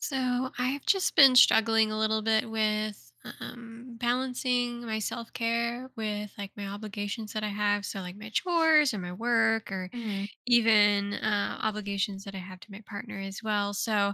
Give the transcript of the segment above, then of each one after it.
So I've just been struggling a little bit with balancing my self care with like my obligations that I have. So, like my chores or my work, or Mhm, even obligations that I have to my partner as well. So,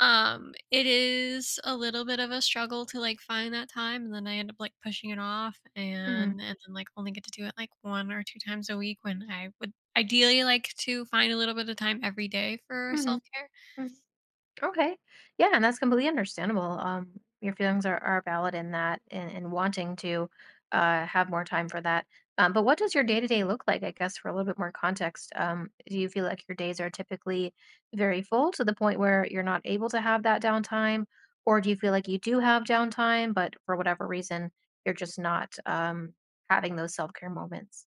it is a little bit of a struggle to like find that time. And then I end up like pushing it off mhm, and then like only get to do it like one or two times a week when I would ideally like to find a little bit of time every day for mhm, self care. mhm. Okay. Yeah, and that's completely understandable. Your feelings are valid in that and, wanting to have more time for that. But what does your day to day look like? I guess for a little bit more context, do you feel like your days are typically very full to the point where you're not able to have that downtime, or do you feel like you do have downtime, but for whatever reason, you're just not having those self care moments?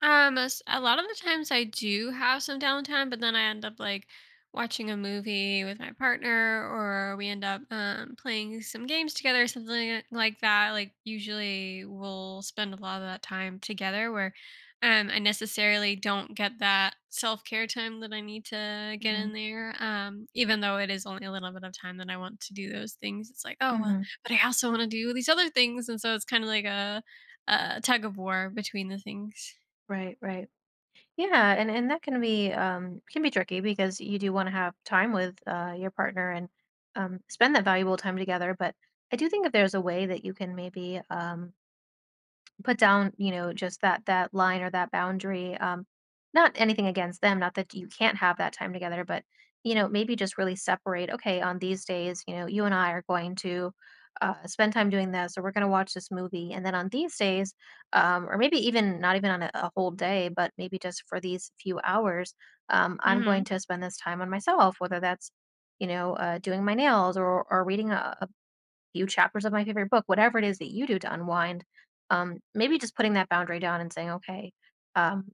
A lot of the times I do have some downtime, but then I end up like watching a movie with my partner, or we end up playing some games together, something like that. Like usually, we'll spend a lot of that time together, where I necessarily don't get that self care time that I need to get in Hmm there. Even though it is only a little bit of time that I want to do those things, it's like oh, well, hmm but I also want to do these other things, and so it's kind of like a tug of war between the things. Right, right. Yeah, and that can be tricky because you do want to have time with your partner and spend that valuable time together, but I do think if there's a way that you can maybe put down, you know, just that line or that boundary. Not anything against them, not that you can't have that time together, but you know, maybe just really separate. Okay, on these days, you know, you and I are going to spend time doing this, or we're going to watch this movie, and then on these days, or maybe even not even on a whole day, but maybe just for these few hours, I'm going Mhm. to spend this time on myself, whether that's you know, doing my nails or reading a, few chapters of my favorite book, whatever it is that you do to unwind, maybe just putting that boundary down and saying, okay, um,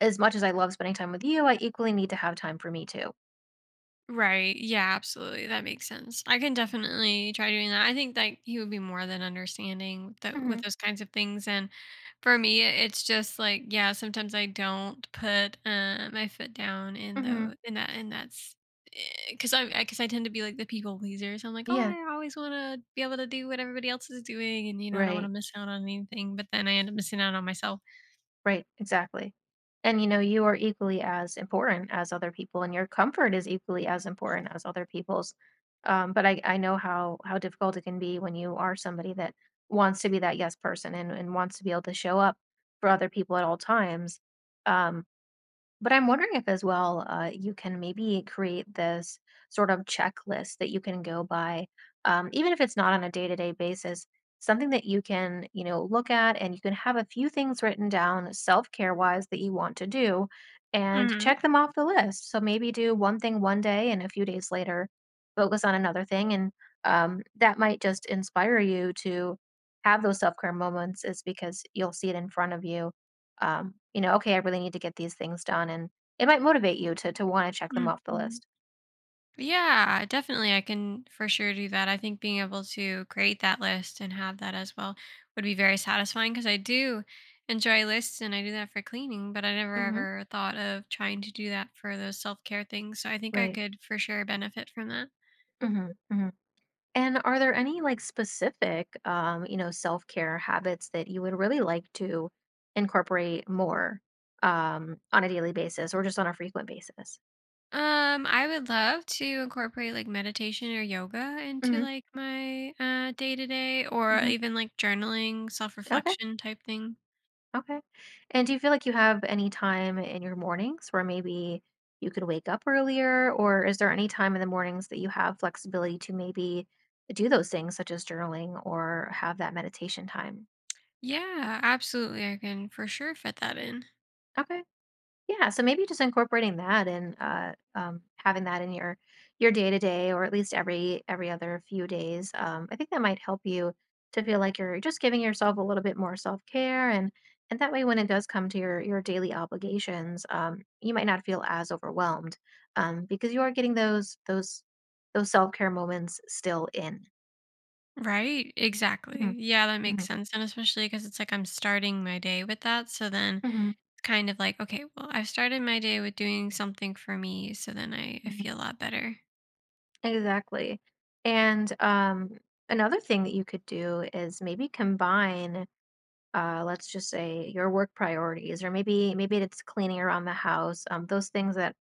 as much as I love spending time with you, I equally need to have time for me too. Right. Yeah, absolutely. That makes sense. I can definitely try doing that. I think that he would be more than understanding with Hmm with those kinds of things. And for me, it's just like yeah. Sometimes I don't put my foot down in hmm those in that, and that's because I tend to be like the people pleaser. So I'm like, oh, Yeah. I always want to be able to do what everybody else is doing, and you know, I don't want to Right. miss out on anything. But then I end up missing out on myself. Right. Exactly. And you know, you are equally as important as other people, and your comfort is equally as important as other people's. But I know how difficult it can be when you are somebody that wants to be that yes person and, wants to be able to show up for other people at all times. Um, But I'm wondering if, as well, you can maybe create this sort of checklist that you can go by, even if it's not on a day to day basis, something that you can, you know, look at and you can have a few things written down self care wise that you want to do and Hmm. check them off the list. So maybe do one thing one day and a few days later, focus on another thing. And that might just inspire you to have those self care moments, is because you'll see it in front of you you know, okay, I really need to get these things done. And it might motivate you to want to check them off the Hmm. list. Yeah, definitely. I can for sure do that. I think being able to create that list and have that as well would be very satisfying because I do enjoy lists and I do that for cleaning, but I never Mm-hmm. ever thought of trying to do that for those self care things. So I think I Right. could for sure benefit from that. Mm-hmm. hmm And are there any like specific, you know, self care habits that you would really like to incorporate more on a daily basis or just on a frequent basis? I would love to incorporate like meditation or yoga into Mm-hmm. like my day to day or Mm-hmm. even like journaling, self Okay. reflection type thing. Okay. And do you feel like you have any time in your mornings where maybe you could wake up earlier, or is there any time in the mornings that you have flexibility to maybe do those things such as journaling or have that meditation time? Yeah, absolutely. I can for sure fit that in. Okay. Yeah, so maybe just incorporating that and having that in your day to day, or at least every other few days. I think that might help you to feel like you're just giving yourself a little bit more self care, and that way, when it does come to your daily obligations, you might not feel as overwhelmed because you are getting those self care moments still in. Right, exactly. Mhm, Yeah, that makes mhm, sense. And especially because it's like I'm starting my day with that. So then mhm, it's kind of like, okay, well, I've started my day with doing something for me. So then I mhm. feel a lot better. Exactly, and another thing that you could do is maybe combine let's just say your work priorities, or maybe it's cleaning around the house. Those things that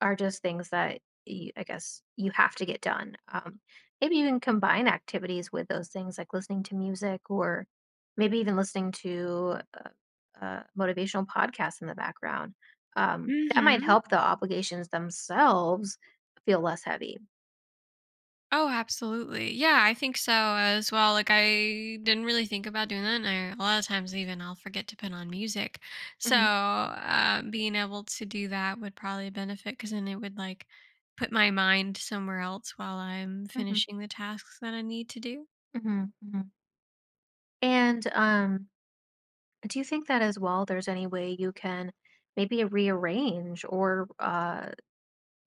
are just things that you, I guess you have to get done. Maybe you can combine activities with those things, like listening to music, or maybe even listening to motivational podcasts in the background. That might Mm-hmm. help the obligations themselves feel less heavy. Oh, absolutely. Yeah, I think so as well. Like I didn't really think about doing that. And I, a lot of times even I'll forget to put on music. So Hmm being able to do that would probably benefit because then it would like put my mind somewhere else while I'm hmm finishing the tasks that I need to do. hmm hmm And do you think that as well, there's any way you can maybe rearrange or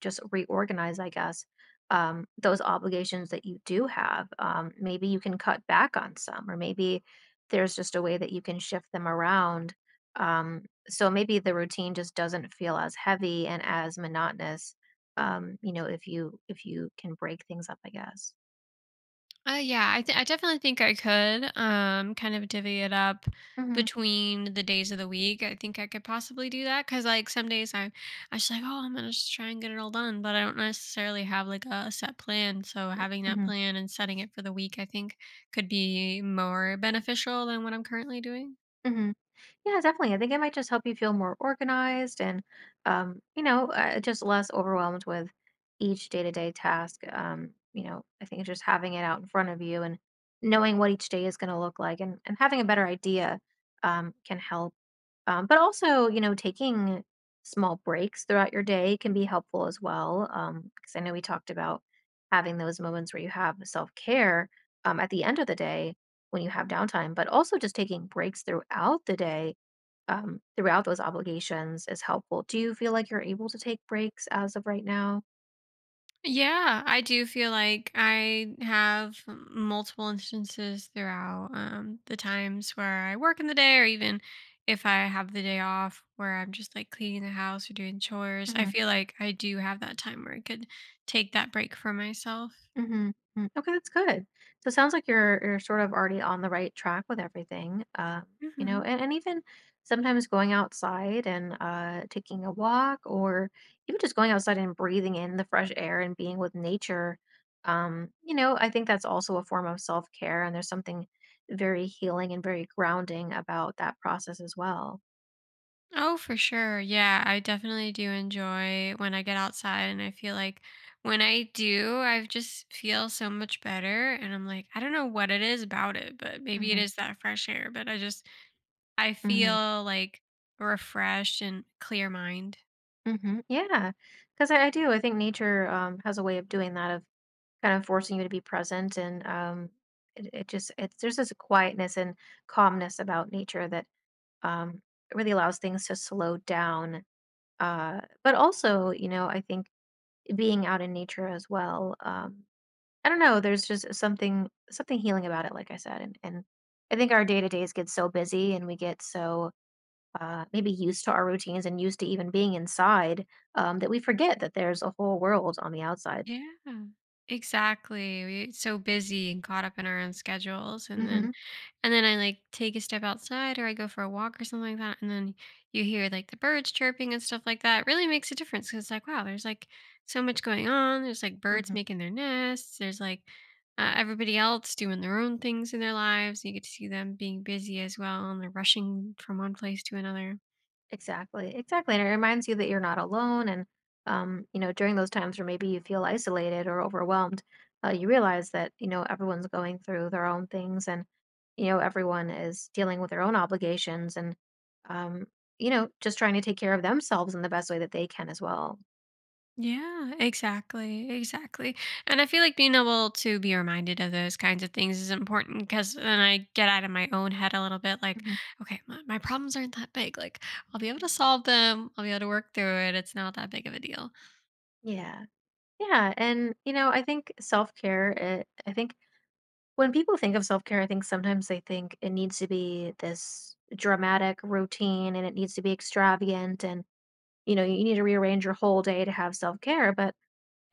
just reorganize, I guess, those obligations that you do have? Maybe you can cut back on some, or maybe there's just a way that you can shift them around. So maybe the routine just doesn't feel as heavy and as monotonous. You know, if you can break things up, I guess. Yeah, I definitely think I could kind of divvy it up Hmm between the days of the week. I think I could possibly do that because like some days I just like oh I'm gonna just try and get it all done, but I don't necessarily have like a set plan. So having that hmm plan and setting it for the week, I think, could be more beneficial than what I'm currently doing. hmm Yeah, definitely. I think it might just help you feel more organized and, you know, just less overwhelmed with each day to day task. You know, I think just having it out in front of you and knowing what each day is going to look like and having a better idea can help. But also, you know, taking small breaks throughout your day can be helpful as well. Because I know we talked about having those moments where you have self care at the end of the day when you have downtime, but also just taking breaks throughout the day throughout those obligations is helpful. Do you feel like you're able to take breaks as of right now? Yeah, I do feel like I have multiple instances throughout the times where I work in the day, or even if I have the day off where I'm just like cleaning the house or doing chores. I Hmm feel like I do have that time where I could take that break for myself. hmm Okay, that's good. So it sounds like you're sort of already on the right track with everything. You know, Hmm. And even sometimes going outside and taking a walk, or even just going outside and breathing in the fresh air and being with nature. You know, I think that's also a form of self care, and there's something very healing and very grounding about that process as well. Oh, for sure. Yeah, I definitely do enjoy when I get outside, and I feel like when I do, I just feel so much better. And I'm like, I don't know what it is about it, but maybe it Hmm is that fresh air, but I just, I hmm feel like refreshed and clear mind. hmm Yeah, because I do. I think nature has a way of doing that, of kind of forcing you to be present, and it, it just it's there's this quietness and calmness about nature that um, really allows things to slow down. But also, you know, I think being out in nature as well. I don't know. There's just something healing about it, like I said, and I think our day to days get so busy, and we get so maybe used to our routines and used to even being inside, that we forget that there's a whole world on the outside. Yeah. Exactly. We get so busy and caught up in our own schedules and then Hmm and then I like take a step outside or I go for a walk or something like that and then you hear like the birds chirping and stuff like that. It really makes a difference cuz like wow, there's like so much going on. There's like birds hmm making their nests. There's like everybody else doing their own things in their lives. You get to see them being busy as well and they're rushing from one place to another. Exactly. Exactly. And it reminds you that you're not alone. And, you know, during those times where maybe you feel isolated or overwhelmed, you realize that, you know, everyone's going through their own things and, you know, everyone is dealing with their own obligations and, um, you know, just trying to take care of themselves in the best way that they can as well. Yeah, exactly. Exactly. And I feel like being able to be reminded of those kinds of things is important because then I get out of my own head a little bit like, Mhm, okay, my problems aren't that big. Like, I'll be able to mhm. solve them, I'll be able to work through it. It's not that big of a deal. Yeah. Yeah, and you know, I think self-care, it, I think when people think of self-care, I think sometimes they think it needs to be this dramatic routine and it needs to be extravagant and you know, you need to rearrange your whole day to have self-care, but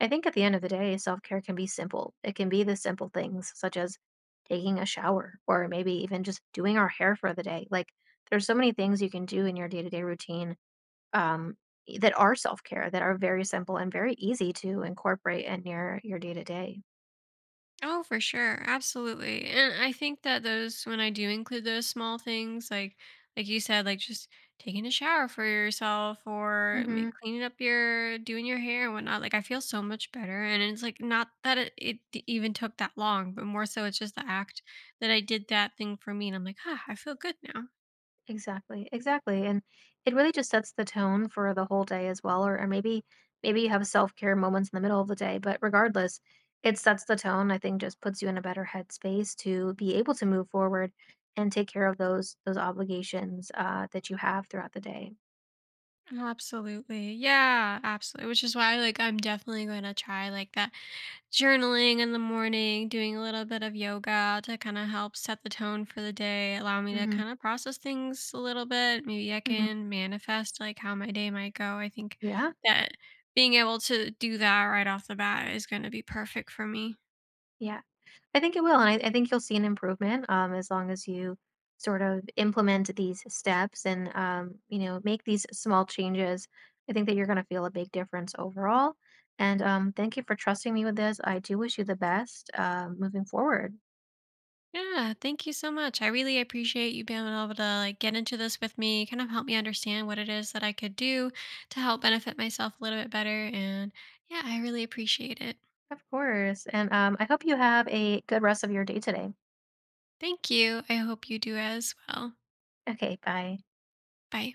I think at the end of the day, self-care can be simple. It can be the simple things such as taking a shower or maybe even just doing our hair for the day. Like there's so many things you can do in your day-to-day routine um, that are self-care, that are very simple and very easy to incorporate in your day-to-day. Oh, for sure. Absolutely. And I think that those when I do include those small things like you said like just taking a shower for yourself or Mhm. cleaning up your doing your hair and whatnot like I feel so much better and it's like not that even took that long but more so it's just the act that I did that thing for me and I'm like ah I feel good now. Exactly. Exactly. And it really just sets the tone for the whole day as well or maybe you have self-care moments in the middle of the day, but regardless, it sets the tone. I think just puts you in a better headspace to be able to move forward and take care of those obligations that you have throughout the day. Oh, absolutely. Yeah, absolutely. Which is why like I'm definitely going to try like that journaling in the morning, doing a little bit of yoga to kind of help set the tone for the day, allow me to Mhm. kind of process things a little bit. Maybe I Mhm. can manifest like how my day might go. I think Yeah. that being able to do that right off the bat is going to be perfect for me. Yeah. I think it will, and I think you'll see an improvement, as long as you sort of implement these steps and, you know, make these small changes. I think that you're gonna feel a big difference overall, and, thank you for trusting me with this. I do wish you the best, moving forward. Yeah, thank you so much. I really appreciate you being able to like get into this with me, kind of help me understand what it is that I could do to help benefit myself a little bit better. And yeah, I really appreciate it. Of course. And, I hope you have a good rest of your day today. Thank you. I hope you do as well. Okay, bye. Bye.